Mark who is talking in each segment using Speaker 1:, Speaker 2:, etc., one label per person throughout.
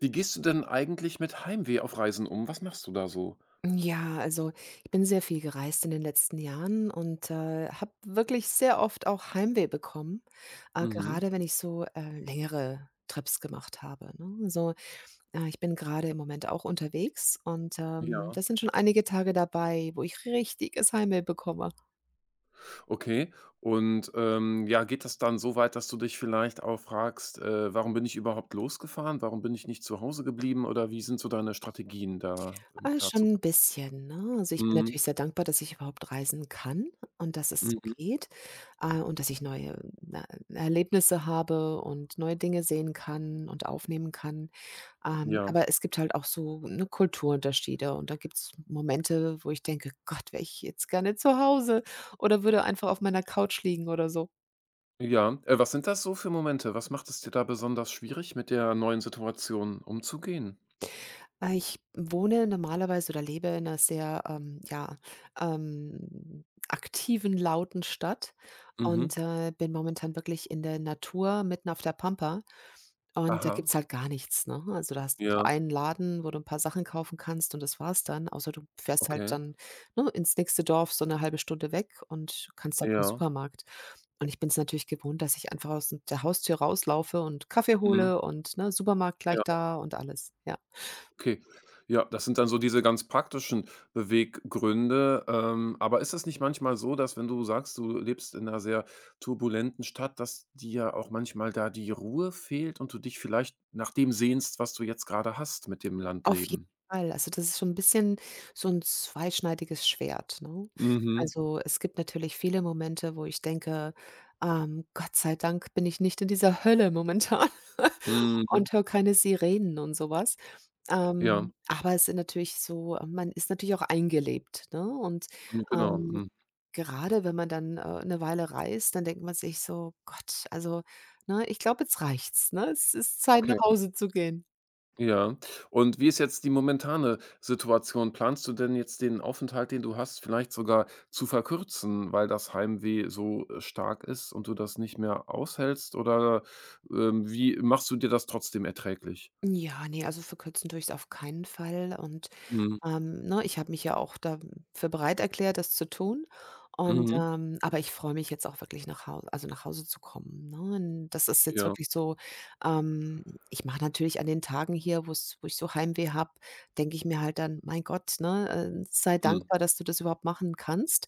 Speaker 1: Wie gehst du denn eigentlich mit Heimweh auf Reisen um? Was machst du da so?
Speaker 2: Ja, also ich bin sehr viel gereist in den letzten Jahren und, habe wirklich sehr oft auch Heimweh bekommen,
Speaker 1: Mhm.
Speaker 2: gerade wenn ich so, längere Trips gemacht habe, ne? Also, ich bin gerade im Moment auch unterwegs und,
Speaker 1: Ja,
Speaker 2: da sind schon einige Tage dabei, wo ich richtiges Heimweh bekomme.
Speaker 1: okay. Und, ja, geht das dann so weit, dass du dich vielleicht auch fragst: Warum bin ich überhaupt losgefahren? Warum bin ich nicht zu Hause geblieben?“ Oder wie sind so deine Strategien, da mit
Speaker 2: Ah, schon
Speaker 1: klarzukommen?
Speaker 2: 'n bisschen, ne? Also, ich bin
Speaker 1: Mhm,
Speaker 2: natürlich sehr dankbar, dass ich überhaupt reisen kann und dass es so
Speaker 1: mhm.
Speaker 2: geht, und dass ich neue Erlebnisse habe und neue Dinge sehen kann und aufnehmen kann. Ähm,
Speaker 1: Ja,
Speaker 2: aber es gibt halt auch so, ne, Kulturunterschiede und da gibt's Momente, wo ich denke: „Gott, wäre ich jetzt gerne zu Hause oder würde einfach auf meiner Couch liegen" oder so.
Speaker 1: ja. Was sind das so für Momente? Was macht es dir da besonders schwierig, mit der neuen Situation umzugehen?
Speaker 2: Ich wohne normalerweise oder lebe in einer sehr, ja, aktiven, lauten Stadt
Speaker 1: Mhm.
Speaker 2: und, bin momentan wirklich in der Natur mitten auf der Pampa und da
Speaker 1: Aha.
Speaker 2: gibt's halt gar nichts, ne? Also, da hast du so
Speaker 1: Ja,
Speaker 2: einen Laden, wo du ein paar Sachen kaufen kannst und das war's dann, außer du fährst halt
Speaker 1: okay.
Speaker 2: dann, ne, ins nächste Dorf so eine halbe Stunde weg und kannst da zum
Speaker 1: Ja.
Speaker 2: Supermarkt. Und ich bin es natürlich gewohnt, dass ich einfach aus der Haustür rauslaufe und Kaffee
Speaker 1: Mhm.
Speaker 2: hole und, ne, Supermarkt gleich
Speaker 1: Ja.
Speaker 2: da und alles, ja.
Speaker 1: Okay. Ja, das sind dann so diese ganz praktischen Beweggründe. Aber ist es nicht manchmal so, dass wenn du sagst, du lebst in einer sehr turbulenten Stadt, dass dir auch manchmal da die Ruhe fehlt und du dich vielleicht nach dem sehnst, was du jetzt gerade hast mit dem
Speaker 2: Auf jeden
Speaker 1: Landleben?
Speaker 2: Fall. Also, das ist so 'n bisschen so 'n zweischneidiges Schwert, ne?
Speaker 1: Mhm.
Speaker 2: Also, es gibt natürlich viele Momente, wo ich denke: „Gott sei Dank bin ich nicht in dieser Hölle momentan
Speaker 1: Mhm.
Speaker 2: und höre keine Sirenen und so was."
Speaker 1: Ja.
Speaker 2: Aber es sind natürlich so man ist natürlich auch eingelebt, ne? Und,
Speaker 1: Mhm, genau.
Speaker 2: ähm,
Speaker 1: Mhm.
Speaker 2: gerade wenn man dann, 'ne Weile reist, dann denkt man sich so: „Gott, also, ne, ich glaube, jetzt reicht's, ne? Es ist Zeit,
Speaker 1: Okay.
Speaker 2: nach Hause zu gehen."
Speaker 1: Ja. Und wie ist jetzt die momentane Situation? Planst du denn jetzt den Aufenthalt, den du hast, vielleicht sogar zu verkürzen, weil das Heimweh so, stark ist und du das nicht mehr aushältst? Oder, wie machst du dir das trotzdem erträglich?
Speaker 2: Ja, ne, also verkürzen tu's auf keinen Fall und,
Speaker 1: Mhm.
Speaker 2: ne, ich habe mich ja auch dafür bereit erklärt, das zu tun und,
Speaker 1: Mhm.
Speaker 2: aber ich freue mich jetzt auch wirklich nach Hause zu kommen, ne? Und das ist jetzt
Speaker 1: Ja.
Speaker 2: wirklich so, ähm ich mache natürlich an den Tagen hier, wo ich so Heimweh habe, denke ich mir halt dann: „Mein Gott, ne, sei
Speaker 1: Mhm.
Speaker 2: dankbar, dass du das überhaupt machen kannst."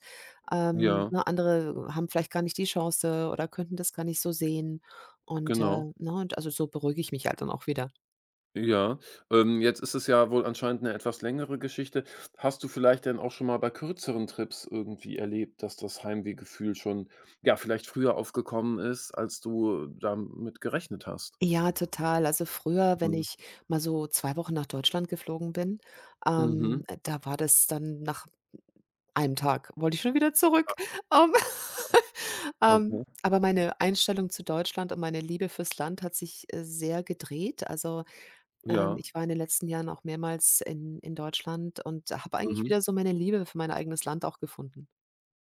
Speaker 2: Ähm,
Speaker 1: Ja,
Speaker 2: ne, andere haben vielleicht gar nicht die Chance oder könnten das gar nicht so sehen und,
Speaker 1: genau.
Speaker 2: ne, und also so beruhige ich mich halt dann auch wieder.
Speaker 1: Ja, jetzt ist es ja wohl anscheinend eine etwas längere Geschichte. Hast du vielleicht denn auch schon mal bei kürzeren Trips irgendwie erlebt, dass das Heimwehgefühl schon, ja, vielleicht früher aufgekommen ist, als du damit gerechnet hast?
Speaker 2: Ja, total. Also früher, wenn
Speaker 1: Mhm.
Speaker 2: ich mal so 2 Wochen nach Deutschland geflogen bin,
Speaker 1: Mhm.
Speaker 2: da war das dann nach einem Tag wollte ich schon wieder zurück.
Speaker 1: Ah,
Speaker 2: Ähm, ähm,
Speaker 1: okay.
Speaker 2: aber meine Einstellung zu Deutschland und meine Liebe fürs Land hat sich, sehr gedreht. Also,
Speaker 1: Ja.
Speaker 2: ich war in den letzten Jahren auch mehrmals in Deutschland und habe eigentlich
Speaker 1: Mhm.
Speaker 2: wieder so meine Liebe für mein eigenes Land auch gefunden.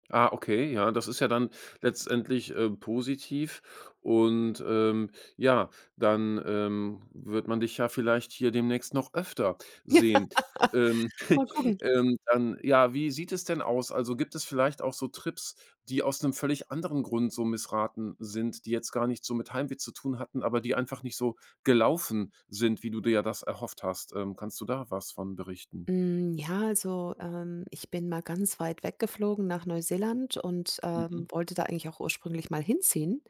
Speaker 1: Ah, okay, ja, das ist ja dann letztendlich, positiv und, ja, dann, wird man dich ja vielleicht hier demnächst noch öfter sehen. Ähm,
Speaker 2: Mal gucken.
Speaker 1: dann ja, wie sieht es denn aus? Also, gibt es vielleicht auch so Trips, die aus einem völlig anderen Grund so missraten sind, die jetzt gar nicht so mit Heimweh zu tun hatten, aber die einfach nicht so gelaufen sind, wie du dir ja das erhofft hast? Kannst du da was von berichten?
Speaker 2: Hm, ja, also, ich bin mal ganz weit weggeflogen nach Neuseeland und,
Speaker 1: Mhm.
Speaker 2: wollte da eigentlich auch ursprünglich mal hinziehen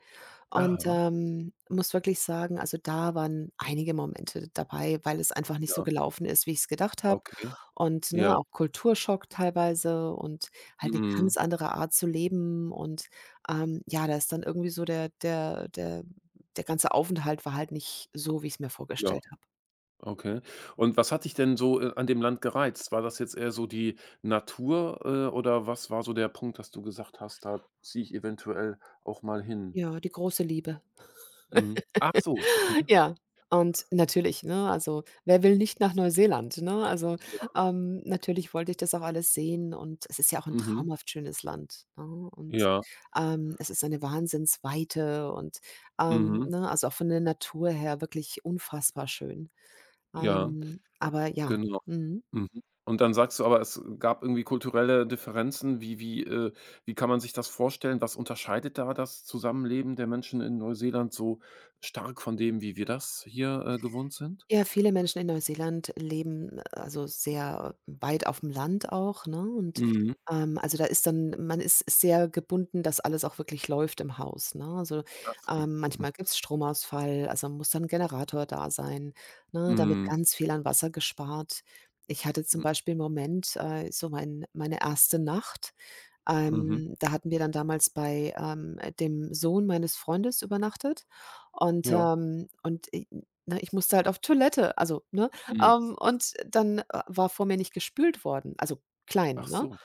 Speaker 2: und,
Speaker 1: Ah,
Speaker 2: muss wirklich sagen, also, da waren einige Momente dabei, weil es einfach nicht so
Speaker 1: ja,
Speaker 2: gelaufen ist, wie ich es gedacht habe
Speaker 1: okay,
Speaker 2: und, ne,
Speaker 1: ja,
Speaker 2: auch Kulturschock teilweise und halt eine
Speaker 1: mhm,
Speaker 2: ganz andere Art zu leben und, ja, da ist dann irgendwie so der ganze Aufenthalt war halt nicht so, wie ich es mir
Speaker 1: ja.
Speaker 2: vorgestellt habe.
Speaker 1: Okay. Und was hat dich denn so, an dem Land gereizt? War das jetzt eher so die Natur, oder was war so der Punkt, dass du gesagt hast: „Da ziehe ich eventuell auch mal hin?“
Speaker 2: Ja, die große Liebe.
Speaker 1: Mhm. Ach so, okay.
Speaker 2: Ja, und natürlich, ne, also, wer will nicht nach Neuseeland, ne? Also,
Speaker 1: Ja.
Speaker 2: natürlich wollte ich das auch alles sehen und es ist ja auch ein
Speaker 1: Mhm.
Speaker 2: traumhaft schönes Land, ne? Und,
Speaker 1: Ja.
Speaker 2: es ist eine Wahnsinnsweite und,
Speaker 1: Mhm.
Speaker 2: ne also, auch von der Natur her wirklich unfassbar schön.
Speaker 1: Ja,
Speaker 2: Aber ja,
Speaker 1: genau.
Speaker 2: mhm.
Speaker 1: Mhm. Und dann sagst du aber, es gab irgendwie kulturelle Differenzen. Wie wie kann man sich das vorstellen? Was unterscheidet da das Zusammenleben der Menschen in Neuseeland so stark von dem, wie wir das hier, gewohnt sind?
Speaker 2: Ja, viele Menschen in Neuseeland leben, also, sehr weit auf dem Land auch, ne? Und,
Speaker 1: Mhm.
Speaker 2: also, da ist dann man ist sehr gebunden, dass alles auch wirklich läuft im Haus, ne? Also,
Speaker 1: Ach so. Mhm.
Speaker 2: manchmal gibt's Stromausfall, also, muss dann 'n Generator da sein, ne? Da wird
Speaker 1: Mhm.
Speaker 2: ganz viel an Wasser gespart. Ich hatte zum
Speaker 1: M
Speaker 2: Beispiel 'n Moment, so meine erste Nacht
Speaker 1: mhm.
Speaker 2: da hatten wir dann damals bei, dem Sohn meines Freundes übernachtet
Speaker 1: Ja.
Speaker 2: und i ne, ich musste halt auf Toilette, also, ne?
Speaker 1: Mhm.
Speaker 2: Und dann, war vor mir nicht gespült worden, also
Speaker 1: Ach
Speaker 2: klein, ne?
Speaker 1: so.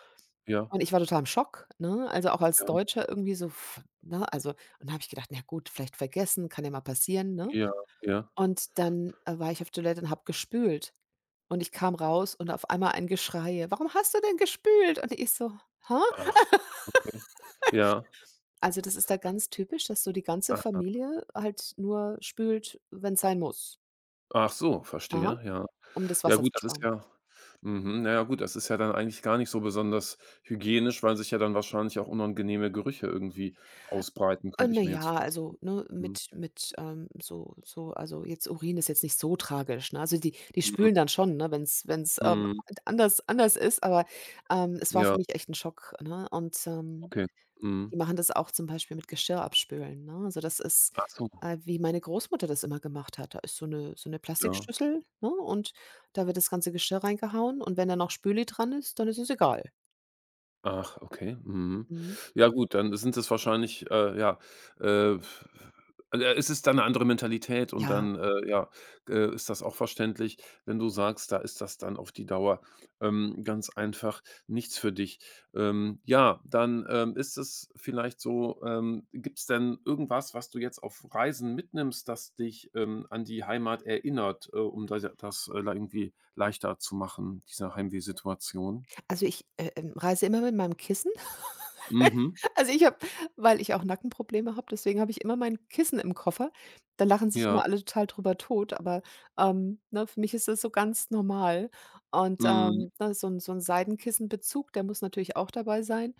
Speaker 1: Ja,
Speaker 2: Und ich war total im Schock, ne? Also, auch als
Speaker 1: ja,
Speaker 2: Deutscher irgendwie so, f ne? Also, und da habe ich gedacht: „Na gut, vielleicht vergessen, kann ja mal passieren", ne?
Speaker 1: ja, ja.
Speaker 2: Und dann, war ich auf Toilette und habe gespült und ich kam raus und auf einmal ein Geschrei: „Warum hast du denn gespült?" Und ich so: „Hä?"
Speaker 1: Ach, okay. Ja.
Speaker 2: Also, das ist da ganz typisch, dass so die ganze
Speaker 1: Aha.
Speaker 2: Familie halt nur spült, wenn es sein muss.
Speaker 1: Ach so,
Speaker 2: Aha,
Speaker 1: verstehe, ja.
Speaker 2: um das
Speaker 1: Ja
Speaker 2: Wasser zu
Speaker 1: gut, das ist
Speaker 2: sparen.
Speaker 1: ja mhm, na ja gut, das ist ja dann eigentlich gar nicht so besonders hygienisch, weil sich ja dann wahrscheinlich auch unangenehme Gerüche irgendwie ausbreiten,
Speaker 2: Äh,
Speaker 1: könnte
Speaker 2: na
Speaker 1: ich mir jetzt
Speaker 2: ja,
Speaker 1: vorstellen.
Speaker 2: also, ne,
Speaker 1: Mhm.
Speaker 2: mit, so also, jetzt Urin ist jetzt nicht so tragisch, ne? Also, die spülen
Speaker 1: Mhm.
Speaker 2: dann schon, ne, wenn's,
Speaker 1: Mhm.
Speaker 2: anders ist, aber, es war
Speaker 1: Ja,
Speaker 2: für mich echt ein Schock, ne?
Speaker 1: okay. Mhm.
Speaker 2: Die machen das auch zum Beispiel mit Geschirr abspülen, ne? Also, das ist,
Speaker 1: Ach so,
Speaker 2: wie meine Großmutter das immer gemacht hat. Da ist so eine
Speaker 1: ja.
Speaker 2: Plastikschüssel, ne, und da wird das ganze Geschirr reingehauen und wenn da noch Spüli dran ist, dann ist es egal.
Speaker 1: Ach, okay. Mhm.
Speaker 2: Mhm.
Speaker 1: Ja gut, dann sind es wahrscheinlich, ja, äh, also, es ist dann 'ne andere Mentalität und
Speaker 2: Ja,
Speaker 1: dann, ja, ist das auch verständlich, wenn du sagst, da ist das dann auf die Dauer, ganz einfach nichts für dich. Ja, dann, ist es vielleicht so, gibt's denn irgendwas, was du jetzt auf Reisen mitnimmst, das dich, an die Heimat erinnert, um da das, irgendwie leichter zu machen, diese Heimwehsituation?
Speaker 2: also, ich, reise immer mit meinem Kissen.
Speaker 1: Mhm.
Speaker 2: Also, ich habe weil ich auch Nackenprobleme habe, deswegen habe ich immer mein Kissen im Koffer. Da lachen sich
Speaker 1: Ja.
Speaker 2: immer alle total drüber tot, aber, ne, für mich ist das so ganz normal. Und,
Speaker 1: Mhm.
Speaker 2: ne, so 'n Seidenkissenbezug, der muss natürlich auch dabei sein.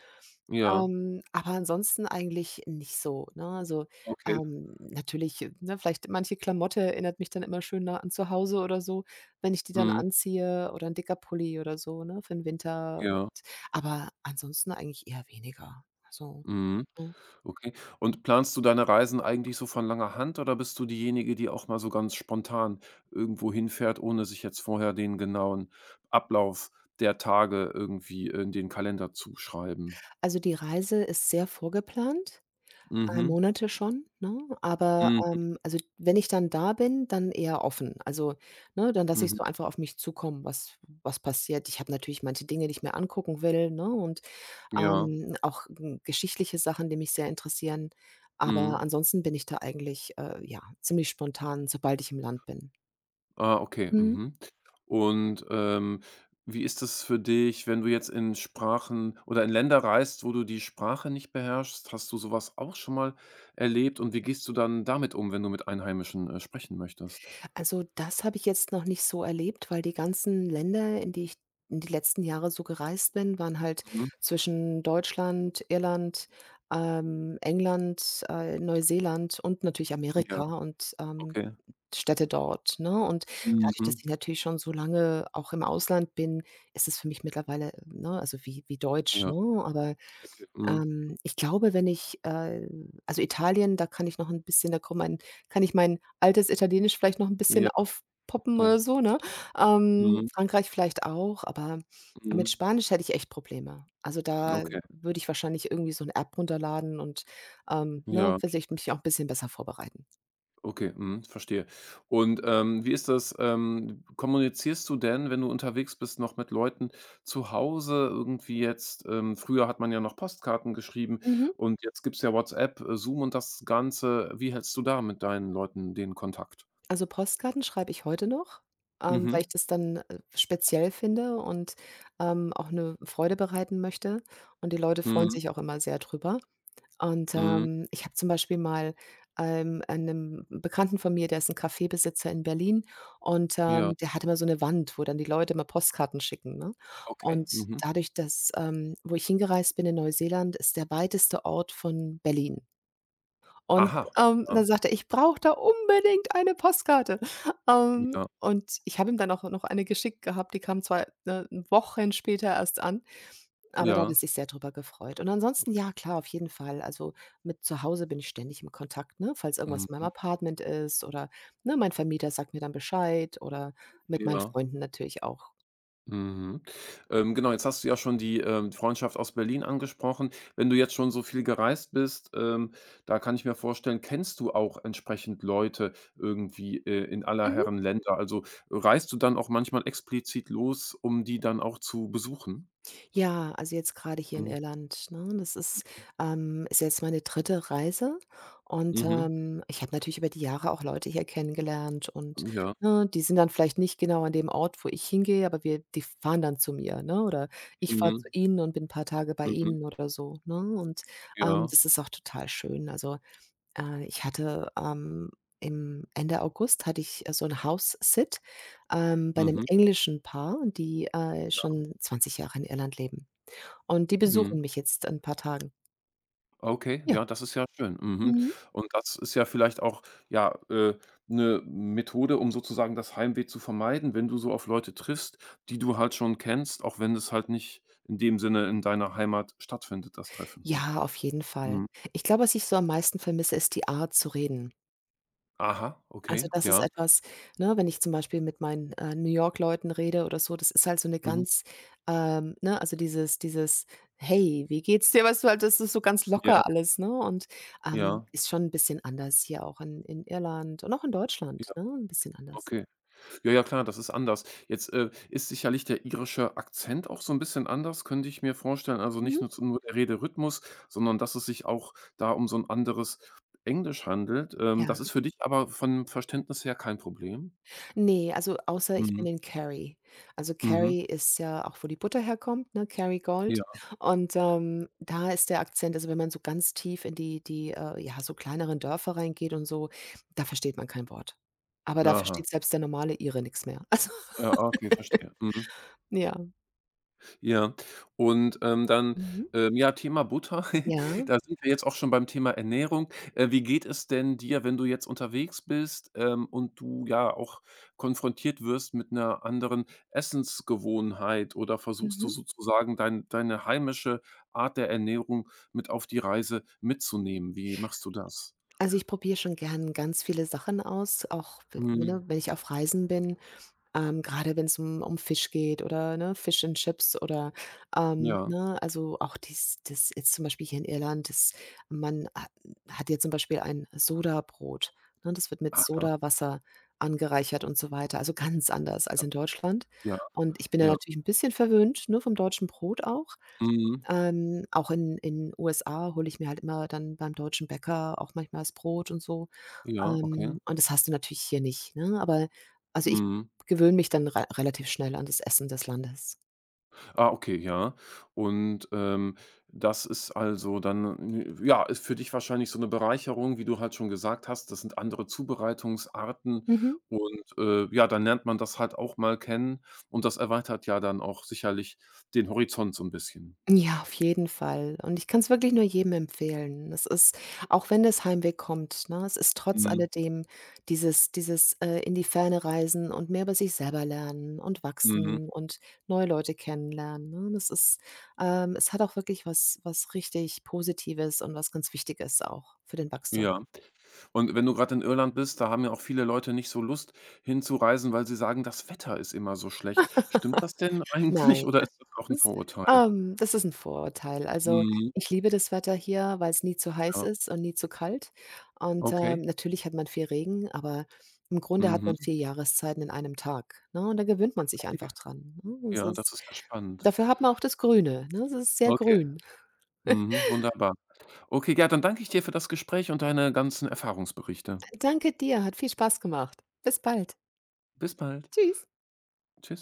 Speaker 1: Ja,
Speaker 2: Aber ansonsten eigentlich nicht so, ne? Also,
Speaker 1: okay.
Speaker 2: natürlich, ne, vielleicht manche Klamotte erinnert mich dann immer schön nah an zu Hause oder so, wenn ich die dann
Speaker 1: Mhm.
Speaker 2: anziehe oder ein dicker Pulli oder so, ne, für den Winter
Speaker 1: Ja.
Speaker 2: aber ansonsten eigentlich eher weniger. Also,
Speaker 1: Mhm.
Speaker 2: ne?
Speaker 1: Okay. Und planst du deine Reisen eigentlich so von langer Hand oder bist du diejenige, die auch mal so ganz spontan irgendwo hinfährt, ohne sich jetzt vorher den genauen Ablauf der Tage irgendwie in den Kalender zu schreiben?
Speaker 2: Also, die Reise ist sehr vorgeplant, 3
Speaker 1: Mhm.
Speaker 2: Monate schon, ne? Aber,
Speaker 1: Mhm.
Speaker 2: also, wenn ich dann da bin, dann eher offen. Also, ne, dann lasse ich
Speaker 1: Mhm.
Speaker 2: so einfach auf mich zukommen, was passiert. Ich habe natürlich manche Dinge, die ich mir angucken will, ne, und,
Speaker 1: Ja.
Speaker 2: auch, geschichtliche Sachen, die mich sehr interessieren. Aber
Speaker 1: Mhm.
Speaker 2: ansonsten bin ich da eigentlich, ja, ziemlich spontan, sobald ich im Land bin.
Speaker 1: Ah, okay.
Speaker 2: Mhm.
Speaker 1: Mhm. Und, wie ist es für dich, wenn du jetzt in Sprachen oder in Länder reist, wo du die Sprache nicht beherrschst? Hast du sowas auch schon mal erlebt und wie gehst du dann damit um, wenn du mit Einheimischen, sprechen möchtest?
Speaker 2: Also, das habe ich jetzt noch nicht so erlebt, weil die ganzen Länder, in die letzten Jahre so gereist bin, waren halt
Speaker 1: Mhm.
Speaker 2: zwischen Deutschland, Irland, England, Neuseeland und natürlich
Speaker 1: Ja,
Speaker 2: Amerika und,
Speaker 1: okay.
Speaker 2: Städte dort, ne? Und dadurch,
Speaker 1: Mhm.
Speaker 2: dass ich natürlich schon so lange auch im Ausland bin, ist es für mich mittlerweile, ne also wie Deutsch,
Speaker 1: Ja,
Speaker 2: ne? Aber
Speaker 1: okay. Mhm.
Speaker 2: ich glaube, wenn ich, also Italien, da kommt mein kann ich mein altes Italienisch vielleicht noch ein
Speaker 1: Ja,
Speaker 2: bisschen aufpoppen
Speaker 1: okay.
Speaker 2: oder so, ne? Ähm,
Speaker 1: Mhm.
Speaker 2: Frankreich vielleicht auch, aber
Speaker 1: Mhm.
Speaker 2: mit Spanisch hätte ich echt Probleme. Also, da
Speaker 1: Okay.
Speaker 2: würde ich wahrscheinlich irgendwie so eine App runterladen und, ne,
Speaker 1: Ja.
Speaker 2: vielleicht mich auch ein bisschen besser vorbereiten.
Speaker 1: Okay, mhm, verstehe. Und, wie ist das, kommunizierst du denn, wenn du unterwegs bist, noch mit Leuten zu Hause irgendwie jetzt früher hat man ja noch Postkarten geschrieben
Speaker 2: Mhm.
Speaker 1: und jetzt gibt's ja WhatsApp, Zoom und das Ganze. Wie hältst du da mit deinen Leuten den Kontakt?
Speaker 2: Also, Postkarten schreibe ich heute noch, weil
Speaker 1: Mhm.
Speaker 2: ich das dann, speziell finde und, auch eine Freude bereiten möchte und die Leute freuen
Speaker 1: Mhm.
Speaker 2: sich auch immer sehr drüber. Und,
Speaker 1: Mhm.
Speaker 2: ich habe zum Beispiel mal, 'nem Bekannten von mir, der ist ein Kaffeebesitzer in Berlin und,
Speaker 1: Ja,
Speaker 2: der hat immer so eine Wand, wo dann die Leute immer Postkarten schicken, ne?
Speaker 1: okay.
Speaker 2: Und
Speaker 1: Mhm.
Speaker 2: dadurch, dass wo ich hingereist bin in Neuseeland, ist der weiteste Ort von Berlin. Und,
Speaker 1: Aha. Ja,
Speaker 2: dann sagte er: „Ich brauche da unbedingt eine Postkarte." Ähm,
Speaker 1: ja,
Speaker 2: und ich habe ihm dann auch noch eine geschickt gehabt, die kam 2, ne, Wochen später erst an. Aber da hat er
Speaker 1: ja.
Speaker 2: sich sehr drüber gefreut. Und ansonsten, ja klar, auf jeden Fall. Also, mit zu Hause bin ich ständig im Kontakt, ne? Falls irgendwas in meinem
Speaker 1: Mhm.
Speaker 2: Apartment ist oder, ne, mein Vermieter sagt mir dann Bescheid oder mit meinen
Speaker 1: Ja.
Speaker 2: Freunden natürlich auch.
Speaker 1: Mhm. Genau, jetzt hast du ja schon die, Freundschaft aus Berlin angesprochen. Wenn du jetzt schon so viel gereist bist, da kann ich mir vorstellen, kennst du auch entsprechend Leute irgendwie, in aller
Speaker 2: Mhm.
Speaker 1: Herren Länder? Also, reist du dann auch manchmal explizit los, um die dann auch zu besuchen?
Speaker 2: Ja, also jetzt gerade hier in
Speaker 1: Mhm.
Speaker 2: Irland, ne? Das ist jetzt meine dritte Reise und,
Speaker 1: Mhm.
Speaker 2: ich habe natürlich über die Jahre auch Leute hier kennengelernt und,
Speaker 1: Ja.
Speaker 2: ne, die sind dann vielleicht nicht genau an dem Ort, wo ich hingehe, aber wir die fahren dann zu mir, ne, oder ich fahre zu
Speaker 1: Mhm.
Speaker 2: ihnen und bin 'n paar Tage bei
Speaker 1: Mhm.
Speaker 2: ihnen oder so, ne? Und,
Speaker 1: Ja.
Speaker 2: das ist auch total schön. Also, äh, ich hatte, ähm, im Ende August hatte ich, so 'n House-Sit, bei einem
Speaker 1: Mhm.
Speaker 2: englischen Paar, die, schon 20 Jahre in Irland leben. Und die
Speaker 1: Mhm.
Speaker 2: besuchen mich jetzt in 'n paar Tagen.
Speaker 1: Okay,
Speaker 2: Ja.
Speaker 1: ja, das ist ja schön. Mhm.
Speaker 2: Mhm.
Speaker 1: Und das ist ja vielleicht auch, ja, eine Methode, um sozusagen das Heimweh zu vermeiden, wenn du so auf Leute triffst, die du halt schon kennst, auch wenn es halt nicht in dem Sinne in deiner Heimat stattfindet, das Treffen, ne?
Speaker 2: Ja, auf jeden Fall.
Speaker 1: Mhm.
Speaker 2: Ich glaube, was ich so am meisten vermisse, ist die Art zu reden.
Speaker 1: Aha,
Speaker 2: Also,
Speaker 1: okay,
Speaker 2: das ist
Speaker 1: ja.
Speaker 2: etwas ne, wenn ich zum Beispiel mit meinen, New York-Leuten rede oder so, das ist halt so 'ne
Speaker 1: Mhm.
Speaker 2: ganz ne, also dieses: „Hey, wie geht's dir?" Weißt du halt, das ist so ganz
Speaker 1: Ja,
Speaker 2: locker alles, ne? Und,
Speaker 1: ja,
Speaker 2: ist schon 'n bisschen anders hier auch in Irland und auch in Deutschland,
Speaker 1: ja,
Speaker 2: ne, 'n bisschen anders.
Speaker 1: okay. Ja, ja, klar, das ist anders. Jetzt, ist sicherlich der irische Akzent auch so ein bisschen anders, könnte ich mir vorstellen. Also, nicht
Speaker 2: Mhm.
Speaker 1: nur zu nur der Rederhythmus, sondern dass es sich auch da um so ein anderes Englisch handelt.
Speaker 2: Ja.
Speaker 1: Das ist für dich aber von Verständnis her kein Problem?
Speaker 2: Ne, also außer ich
Speaker 1: Mhm.
Speaker 2: bin in Kerry. Also
Speaker 1: Mhm.
Speaker 2: Kerry ist ja auch, wo die Butter herkommt, ne, Kerrygold.
Speaker 1: Ja.
Speaker 2: Und, da ist der Akzent also wenn man so ganz tief in die, ja, so kleineren Dörfer reingeht und so, da versteht man kein Wort. Aber da
Speaker 1: Aha.
Speaker 2: versteht selbst der normale Ire nix mehr. Also
Speaker 1: Ja, okay, verstehe. Mhm.
Speaker 2: ja.
Speaker 1: Ja, und, dann,
Speaker 2: Mhm.
Speaker 1: ja, Thema Butter.
Speaker 2: Ja,
Speaker 1: Da sind wir jetzt auch schon beim Thema Ernährung. Wie geht es denn dir, wenn du jetzt unterwegs bist, und du ja auch konfrontiert wirst mit einer anderen Essensgewohnheit oder versuchst du
Speaker 2: mhm.
Speaker 1: sozusagen deine heimische Art der Ernährung mit auf die Reise mitzunehmen? Wie machst du das?
Speaker 2: Also, ich probiere schon gern ganz viele Sachen aus, auch w
Speaker 1: Mhm,
Speaker 2: ne, wenn ich auf Reisen bin. Gerade wenn es um Fisch geht oder, ne, Fish and Chips oder,
Speaker 1: ja.
Speaker 2: ne, also auch dies das jetzt zum Beispiel hier in Irland, das man ha hat hier zum Beispiel ein Sodabrot, ne? Das wird mit
Speaker 1: Aha,
Speaker 2: Sodawasser angereichert und so weiter, also ganz anders als
Speaker 1: ja,
Speaker 2: in Deutschland.
Speaker 1: ja,
Speaker 2: Und ich bin da
Speaker 1: ja.
Speaker 2: natürlich ein bisschen verwöhnt, ne, vom deutschen Brot auch.
Speaker 1: Mhm,
Speaker 2: Auch in USA hole ich mir halt immer dann beim deutschen Bäcker auch manchmal das Brot und so.
Speaker 1: ja, okay.
Speaker 2: Und das hast du natürlich hier nicht, ne? Aber also, ich
Speaker 1: Mhm.
Speaker 2: gewöhne mich dann re relativ schnell an das Essen des Landes.
Speaker 1: Ah, okay, ja. Und, das ist also dann ja, ist für dich wahrscheinlich so eine Bereicherung, wie du halt schon gesagt hast. Das sind andere Zubereitungsarten
Speaker 2: Mhm.
Speaker 1: und, ja, dann lernt man das halt auch mal kennen und das erweitert ja dann auch sicherlich den Horizont so ein bisschen.
Speaker 2: Ja, auf jeden Fall. Und ich kann es wirklich nur jedem empfehlen. Es ist auch wenn das Heimweh kommt, ne, es ist trotz
Speaker 1: Mhm,
Speaker 2: alledem dieses, in die Ferne reisen und mehr über sich selber lernen und
Speaker 1: mhm,
Speaker 2: wachsen und neue Leute kennenlernen, ne? Das ist Es hat auch wirklich was richtig Positives und was ganz Wichtiges auch für den Wachstum.
Speaker 1: ja. Und wenn du gerade in Irland bist, da haben ja auch viele Leute nicht so Lust hinzureisen, weil sie sagen, das Wetter ist immer so schlecht. Stimmt das denn eigentlich
Speaker 2: Nein.
Speaker 1: oder ist das auch ein
Speaker 2: Das
Speaker 1: Vorurteil?
Speaker 2: Das ist 'n Vorurteil. Also,
Speaker 1: Mhm,
Speaker 2: ich liebe das Wetter hier, weil's nie zu heiß
Speaker 1: ja,
Speaker 2: ist und nie zu kalt. Und,
Speaker 1: okay.
Speaker 2: natürlich hat man viel Regen, aber im Grunde hat man
Speaker 1: Mhm.
Speaker 2: 4 Jahreszeiten in einem Tag, ne? Und da gewöhnt man sich
Speaker 1: Okay,
Speaker 2: einfach dran, ne? Es
Speaker 1: ja, das
Speaker 2: ist
Speaker 1: ist ja spannend.
Speaker 2: Dafür hat man auch das Grüne, ne? Es ist sehr
Speaker 1: Okay,
Speaker 2: grün.
Speaker 1: mhm, wunderbar. Okay, ja, dann danke ich dir für das Gespräch und deine ganzen Erfahrungsberichte.
Speaker 2: Danke dir, hat viel Spaß gemacht. Bis bald.
Speaker 1: Bis bald.
Speaker 2: Tschüss.
Speaker 1: Tschüss.